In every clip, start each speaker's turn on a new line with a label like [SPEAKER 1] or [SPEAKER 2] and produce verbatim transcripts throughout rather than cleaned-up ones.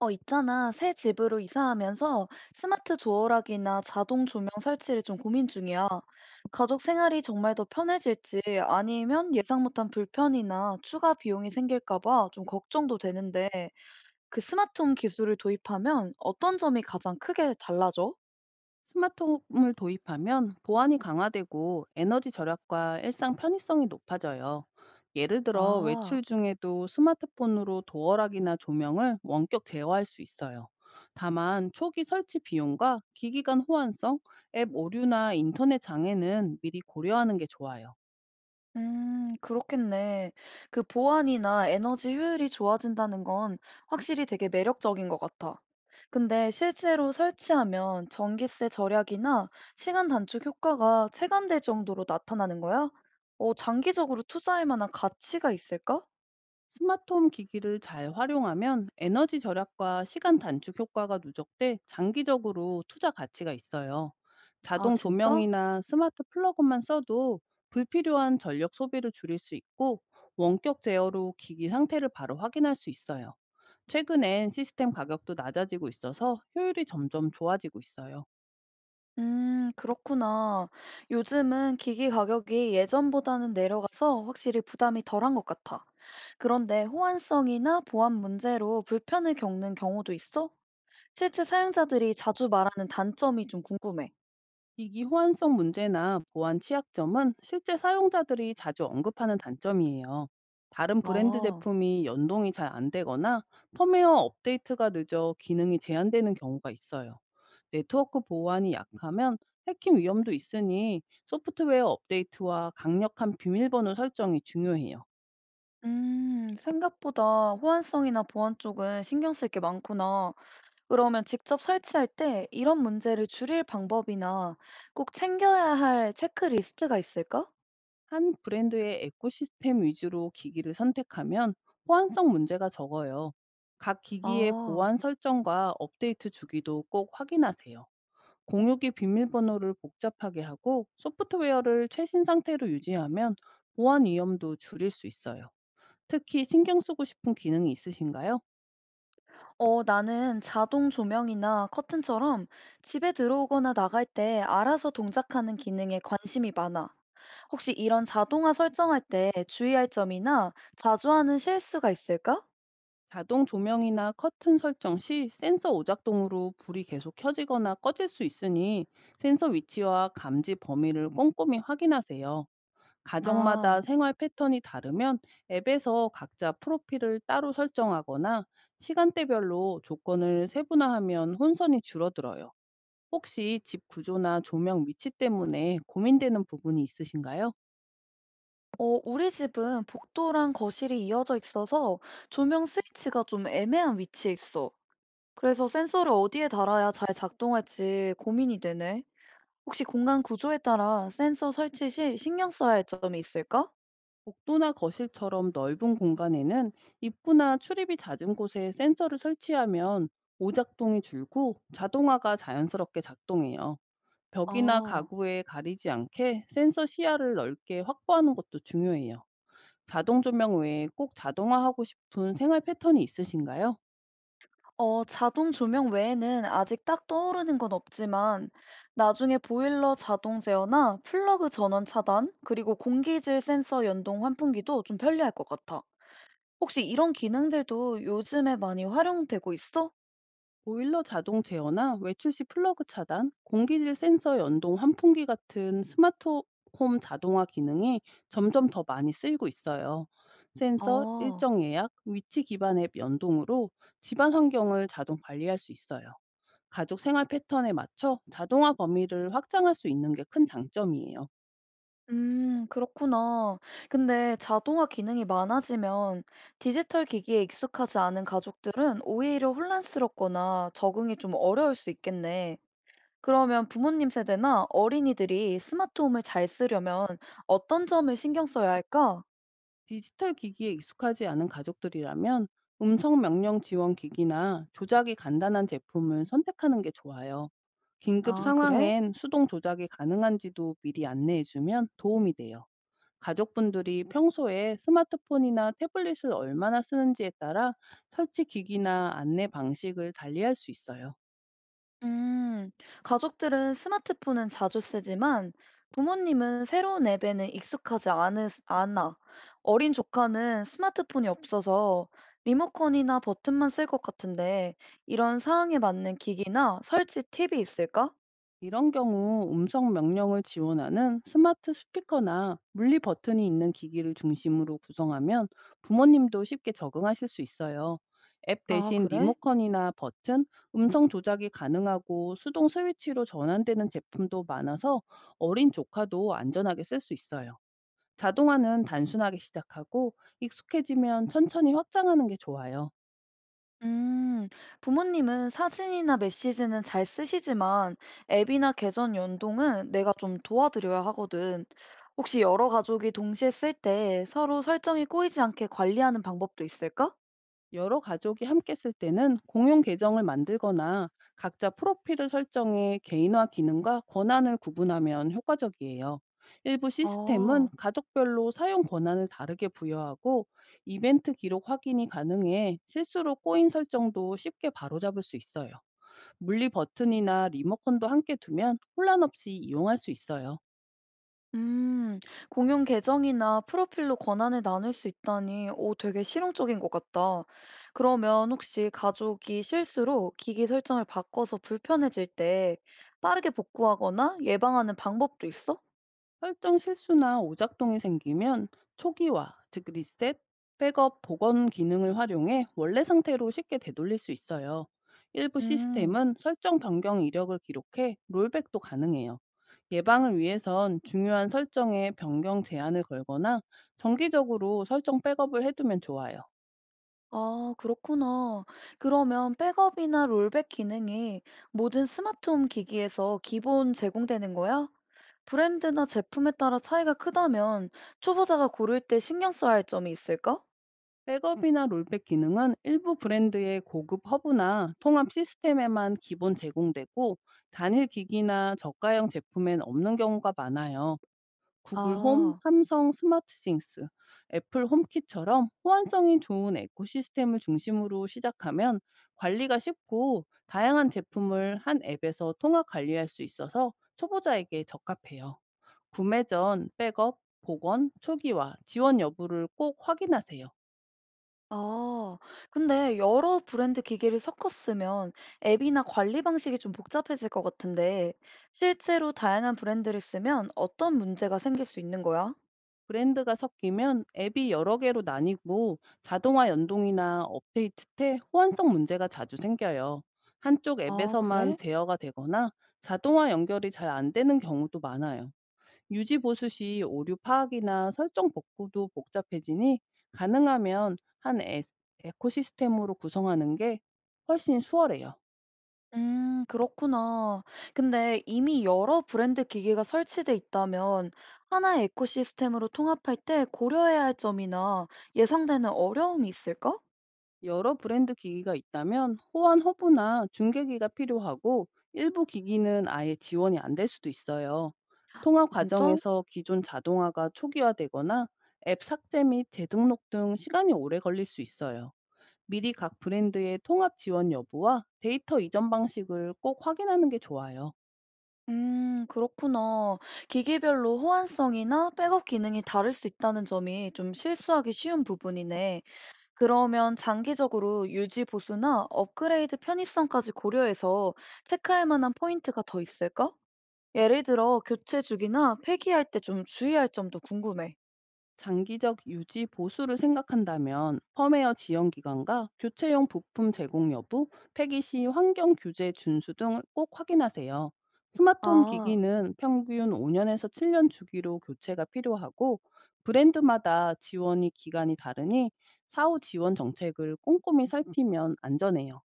[SPEAKER 1] 어, 있잖아. 새 집으로 이사하면서 스마트 도어락이나 자동 조명 설치를 좀 고민 중이야. 가족 생활이 정말 더 편해질지 아니면 예상 못한 불편이나 추가 비용이 생길까 봐 좀 걱정도 되는데 그 스마트홈 기술을 도입하면 어떤 점이 가장 크게 달라져?
[SPEAKER 2] 스마트홈을 도입하면 보안이 강화되고 에너지 절약과 일상 편의성이 높아져요. 예를 들어
[SPEAKER 1] 아.
[SPEAKER 2] 외출 중에도 스마트폰으로 도어락이나 조명을 원격 제어할 수 있어요. 다만 초기 설치 비용과 기기 간 호환성, 앱 오류나 인터넷 장애는 미리 고려하는 게 좋아요.
[SPEAKER 1] 음, 그렇겠네. 그 보안이나 에너지 효율이 좋아진다는 건 확실히 되게 매력적인 것 같아. 근데 실제로 설치하면 전기세 절약이나 시간 단축 효과가 체감될 정도로 나타나는 거야? 어, 장기적으로 투자할 만한 가치가 있을까?
[SPEAKER 2] 스마트홈 기기를 잘 활용하면 에너지 절약과 시간 단축 효과가 누적돼 장기적으로 투자 가치가 있어요.
[SPEAKER 1] 아,
[SPEAKER 2] 자동
[SPEAKER 1] 진짜?
[SPEAKER 2] 조명이나 스마트 플러그만 써도 불필요한 전력 소비를 줄일 수 있고, 원격 제어로 기기 상태를 바로 확인할 수 있어요. 최근엔 시스템 가격도 낮아지고 있어서 효율이 점점 좋아지고 있어요.
[SPEAKER 1] 음, 그렇구나. 요즘은 기기 가격이 예전보다는 내려가서 확실히 부담이 덜한 것 같아. 그런데 호환성이나 보안 문제로 불편을 겪는 경우도 있어? 실제 사용자들이 자주 말하는 단점이 좀 궁금해.
[SPEAKER 2] 기기 호환성 문제나 보안 취약점은 실제 사용자들이 자주 언급하는 단점이에요. 다른 브랜드
[SPEAKER 1] 아,
[SPEAKER 2] 제품이 연동이 잘 안 되거나 펌웨어 업데이트가 늦어 기능이 제한되는 경우가 있어요. 네트워크 보안이 약하면 해킹 위험도 있으니, 소프트웨어 업데이트와 강력한 비밀번호 설정이 중요해요.
[SPEAKER 1] 음, 생각보다 호환성이나 보안 쪽은 신경 쓸 게 많구나. 그러면 직접 설치할 때 이런 문제를 줄일 방법이나 꼭 챙겨야 할 체크리스트가 있을까?
[SPEAKER 2] 한 브랜드의 에코시스템 위주로 기기를 선택하면 호환성 문제가 적어요. 각 기기의
[SPEAKER 1] 아.
[SPEAKER 2] 보안 설정과 업데이트 주기도 꼭 확인하세요. 공유기 비밀번호를 복잡하게 하고 소프트웨어를 최신 상태로 유지하면 보안 위험도 줄일 수 있어요. 특히 신경 쓰고 싶은 기능이 있으신가요?
[SPEAKER 1] 어, 나는 자동 조명이나 커튼처럼 집에 들어오거나 나갈 때 알아서 동작하는 기능에 관심이 많아. 혹시 이런 자동화 설정할 때 주의할 점이나 자주 하는 실수가 있을까?
[SPEAKER 2] 자동 조명이나 커튼 설정 시 센서 오작동으로 불이 계속 켜지거나 꺼질 수 있으니, 센서 위치와 감지 범위를 꼼꼼히 확인하세요. 가정마다
[SPEAKER 1] 아,
[SPEAKER 2] 생활 패턴이 다르면 앱에서 각자 프로필을 따로 설정하거나 시간대별로 조건을 세분화하면 혼선이 줄어들어요. 혹시 집 구조나 조명 위치 때문에 고민되는 부분이 있으신가요?
[SPEAKER 1] 어, 우리 집은 복도랑 거실이 이어져 있어서 조명 스위치가 좀 애매한 위치에 있어. 그래서 센서를 어디에 달아야 잘 작동할지 고민이 되네. 혹시 공간 구조에 따라 센서 설치 시 신경 써야 할 점이 있을까?
[SPEAKER 2] 복도나 거실처럼 넓은 공간에는 입구나 출입이 잦은 곳에 센서를 설치하면 오작동이 줄고 자동화가 자연스럽게 작동해요. 벽이나
[SPEAKER 1] 아.
[SPEAKER 2] 가구에 가리지 않게 센서 시야를 넓게 확보하는 것도 중요해요. 자동 조명 외에 꼭 자동화하고 싶은 생활 패턴이 있으신가요?
[SPEAKER 1] 어, 자동 조명 외에는 아직 딱 떠오르는 건 없지만, 나중에 보일러 자동 제어나 플러그 전원 차단, 그리고 공기질 센서 연동 환풍기도 좀 편리할 것 같아. 혹시 이런 기능들도 요즘에 많이 활용되고 있어?
[SPEAKER 2] 보일러 자동 제어나 외출 시 플러그 차단, 공기질 센서 연동 환풍기 같은 스마트홈 자동화 기능이 점점 더 많이 쓰이고 있어요. 센서,
[SPEAKER 1] 아,
[SPEAKER 2] 일정 예약, 위치 기반 앱 연동으로 집안 환경을 자동 관리할 수 있어요. 가족 생활 패턴에 맞춰 자동화 범위를 확장할 수 있는 게 큰 장점이에요.
[SPEAKER 1] 음, 그렇구나. 근데 자동화 기능이 많아지면 디지털 기기에 익숙하지 않은 가족들은 오히려 혼란스럽거나 적응이 좀 어려울 수 있겠네. 그러면 부모님 세대나 어린이들이 스마트홈을 잘 쓰려면 어떤 점을 신경 써야 할까?
[SPEAKER 2] 디지털 기기에 익숙하지 않은 가족들이라면 음성 명령 지원 기기나 조작이 간단한 제품을 선택하는 게 좋아요. 긴급
[SPEAKER 1] 아, 그래?
[SPEAKER 2] 상황엔 수동 조작이 가능한지도 미리 안내해주면 도움이 돼요. 가족분들이 평소에 스마트폰이나 태블릿을 얼마나 쓰는지에 따라 설치 기기나 안내 방식을 달리할 수 있어요.
[SPEAKER 1] 음, 가족들은 스마트폰은 자주 쓰지만 부모님은 새로운 앱에는 익숙하지 않으, 않아. 어린 조카는 스마트폰이 없어서 리모컨이나 버튼만 쓸 것 같은데 이런 상황에 맞는 기기나 설치 팁이 있을까?
[SPEAKER 2] 이런 경우 음성 명령을 지원하는 스마트 스피커나 물리 버튼이 있는 기기를 중심으로 구성하면 부모님도 쉽게 적응하실 수 있어요. 앱
[SPEAKER 1] 아,
[SPEAKER 2] 대신
[SPEAKER 1] 그래?
[SPEAKER 2] 리모컨이나 버튼, 음성 조작이 가능하고 수동 스위치로 전환되는 제품도 많아서 어린 조카도 안전하게 쓸 수 있어요. 자동화는 단순하게 시작하고 익숙해지면 천천히 확장하는 게 좋아요.
[SPEAKER 1] 음, 부모님은 사진이나 메시지는 잘 쓰시지만 앱이나 계정 연동은 내가 좀 도와드려야 하거든. 혹시 여러 가족이 동시에 쓸 때 서로 설정이 꼬이지 않게 관리하는 방법도 있을까?
[SPEAKER 2] 여러 가족이 함께 쓸 때는 공용 계정을 만들거나 각자 프로필을 설정해 개인화 기능과 권한을 구분하면 효과적이에요. 일부 시스템은
[SPEAKER 1] 아,
[SPEAKER 2] 가족별로 사용 권한을 다르게 부여하고 이벤트 기록 확인이 가능해 실수로 꼬인 설정도 쉽게 바로잡을 수 있어요. 물리 버튼이나 리모컨도 함께 두면 혼란 없이 이용할 수 있어요.
[SPEAKER 1] 음, 공용 계정이나 프로필로 권한을 나눌 수 있다니, 오, 되게 실용적인 것 같다. 그러면 혹시 가족이 실수로 기기 설정을 바꿔서 불편해질 때 빠르게 복구하거나 예방하는 방법도 있어?
[SPEAKER 2] 설정 실수나 오작동이 생기면 초기화, 즉 리셋, 백업, 복원 기능을 활용해 원래 상태로 쉽게 되돌릴 수 있어요. 일부
[SPEAKER 1] 음.
[SPEAKER 2] 시스템은 설정 변경 이력을 기록해 롤백도 가능해요. 예방을 위해선 중요한 설정에 변경 제한을 걸거나 정기적으로 설정 백업을 해두면 좋아요.
[SPEAKER 1] 아, 그렇구나. 그러면 백업이나 롤백 기능이 모든 스마트홈 기기에서 기본 제공되는 거야? 브랜드나 제품에 따라 차이가 크다면 초보자가 고를 때 신경 써야 할 점이 있을까?
[SPEAKER 2] 백업이나 롤백 기능은 일부 브랜드의 고급 허브나 통합 시스템에만 기본 제공되고, 단일 기기나 저가형 제품엔 없는 경우가 많아요. 구글 홈,
[SPEAKER 1] 아,
[SPEAKER 2] 삼성 스마트 싱스, 애플 홈킷처럼 호환성이 좋은 에코시스템을 중심으로 시작하면 관리가 쉽고, 다양한 제품을 한 앱에서 통합 관리할 수 있어서 초보자에게 적합해요. 구매 전 백업, 복원, 초기화, 지원 여부를 꼭 확인하세요.
[SPEAKER 1] 아. 근데 여러 브랜드 기기를 섞어 쓰면 앱이나 관리 방식이 좀 복잡해질 것 같은데 실제로 다양한 브랜드를 쓰면 어떤 문제가 생길 수 있는 거야?
[SPEAKER 2] 브랜드가 섞이면 앱이 여러 개로 나뉘고 자동화 연동이나 업데이트 때 호환성 문제가 자주 생겨요. 한쪽
[SPEAKER 1] 아,
[SPEAKER 2] 앱에서만
[SPEAKER 1] 그래?
[SPEAKER 2] 제어가 되거나 자동화 연결이 잘 안 되는 경우도 많아요. 유지 보수 시 오류 파악이나 설정 복구도 복잡해지니, 가능하면 한 에- 에코시스템으로 구성하는 게 훨씬 수월해요.
[SPEAKER 1] 음, 그렇구나. 근데 이미 여러 브랜드 기기가 설치돼 있다면 하나의 에코시스템으로 통합할 때 고려해야 할 점이나 예상되는 어려움이 있을까?
[SPEAKER 2] 여러 브랜드 기기가 있다면 호환 허브나 중계기가 필요하고, 일부 기기는 아예 지원이 안 될 수도 있어요. 통합
[SPEAKER 1] 진짜?
[SPEAKER 2] 과정에서 기존 자동화가 초기화되거나 앱 삭제 및 재등록 등 시간이 오래 걸릴 수 있어요. 미리 각 브랜드의 통합 지원 여부와 데이터 이전 방식을 꼭 확인하는 게 좋아요.
[SPEAKER 1] 음, 그렇구나. 기기별로 호환성이나 백업 기능이 다를 수 있다는 점이 좀 실수하기 쉬운 부분이네. 그러면 장기적으로 유지 보수나 업그레이드 편의성까지 고려해서 체크할 만한 포인트가 더 있을까? 예를 들어 교체 주기나 폐기할 때 좀 주의할 점도 궁금해.
[SPEAKER 2] 장기적 유지 보수를 생각한다면 펌웨어 지연 기간과 교체용 부품 제공 여부, 폐기 시 환경 규제 준수 등 꼭 확인하세요. 스마트홈
[SPEAKER 1] 아,
[SPEAKER 2] 기기는 평균 오 년에서 칠 년 주기로 교체가 필요하고 브랜드마다 지원이 기간이 다르니 사후 지원 정책을 꼼꼼히 살피면 안전해요.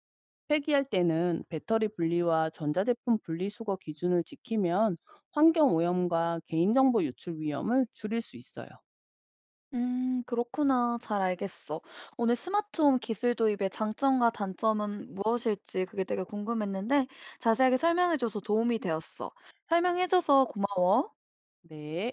[SPEAKER 2] 폐기할 때는 배터리 분리와 전자제품 분리수거 기준을 지키면 환경 오염과 개인정보 유출 위험을 줄일 수 있어요.
[SPEAKER 1] 음, 그렇구나. 잘 알겠어. 오늘 스마트홈 기술 도입의 장점과 단점은 무엇일지 그게 되게 궁금했는데 자세하게 설명해줘서 도움이 되었어. 설명해줘서 고마워.
[SPEAKER 2] 네.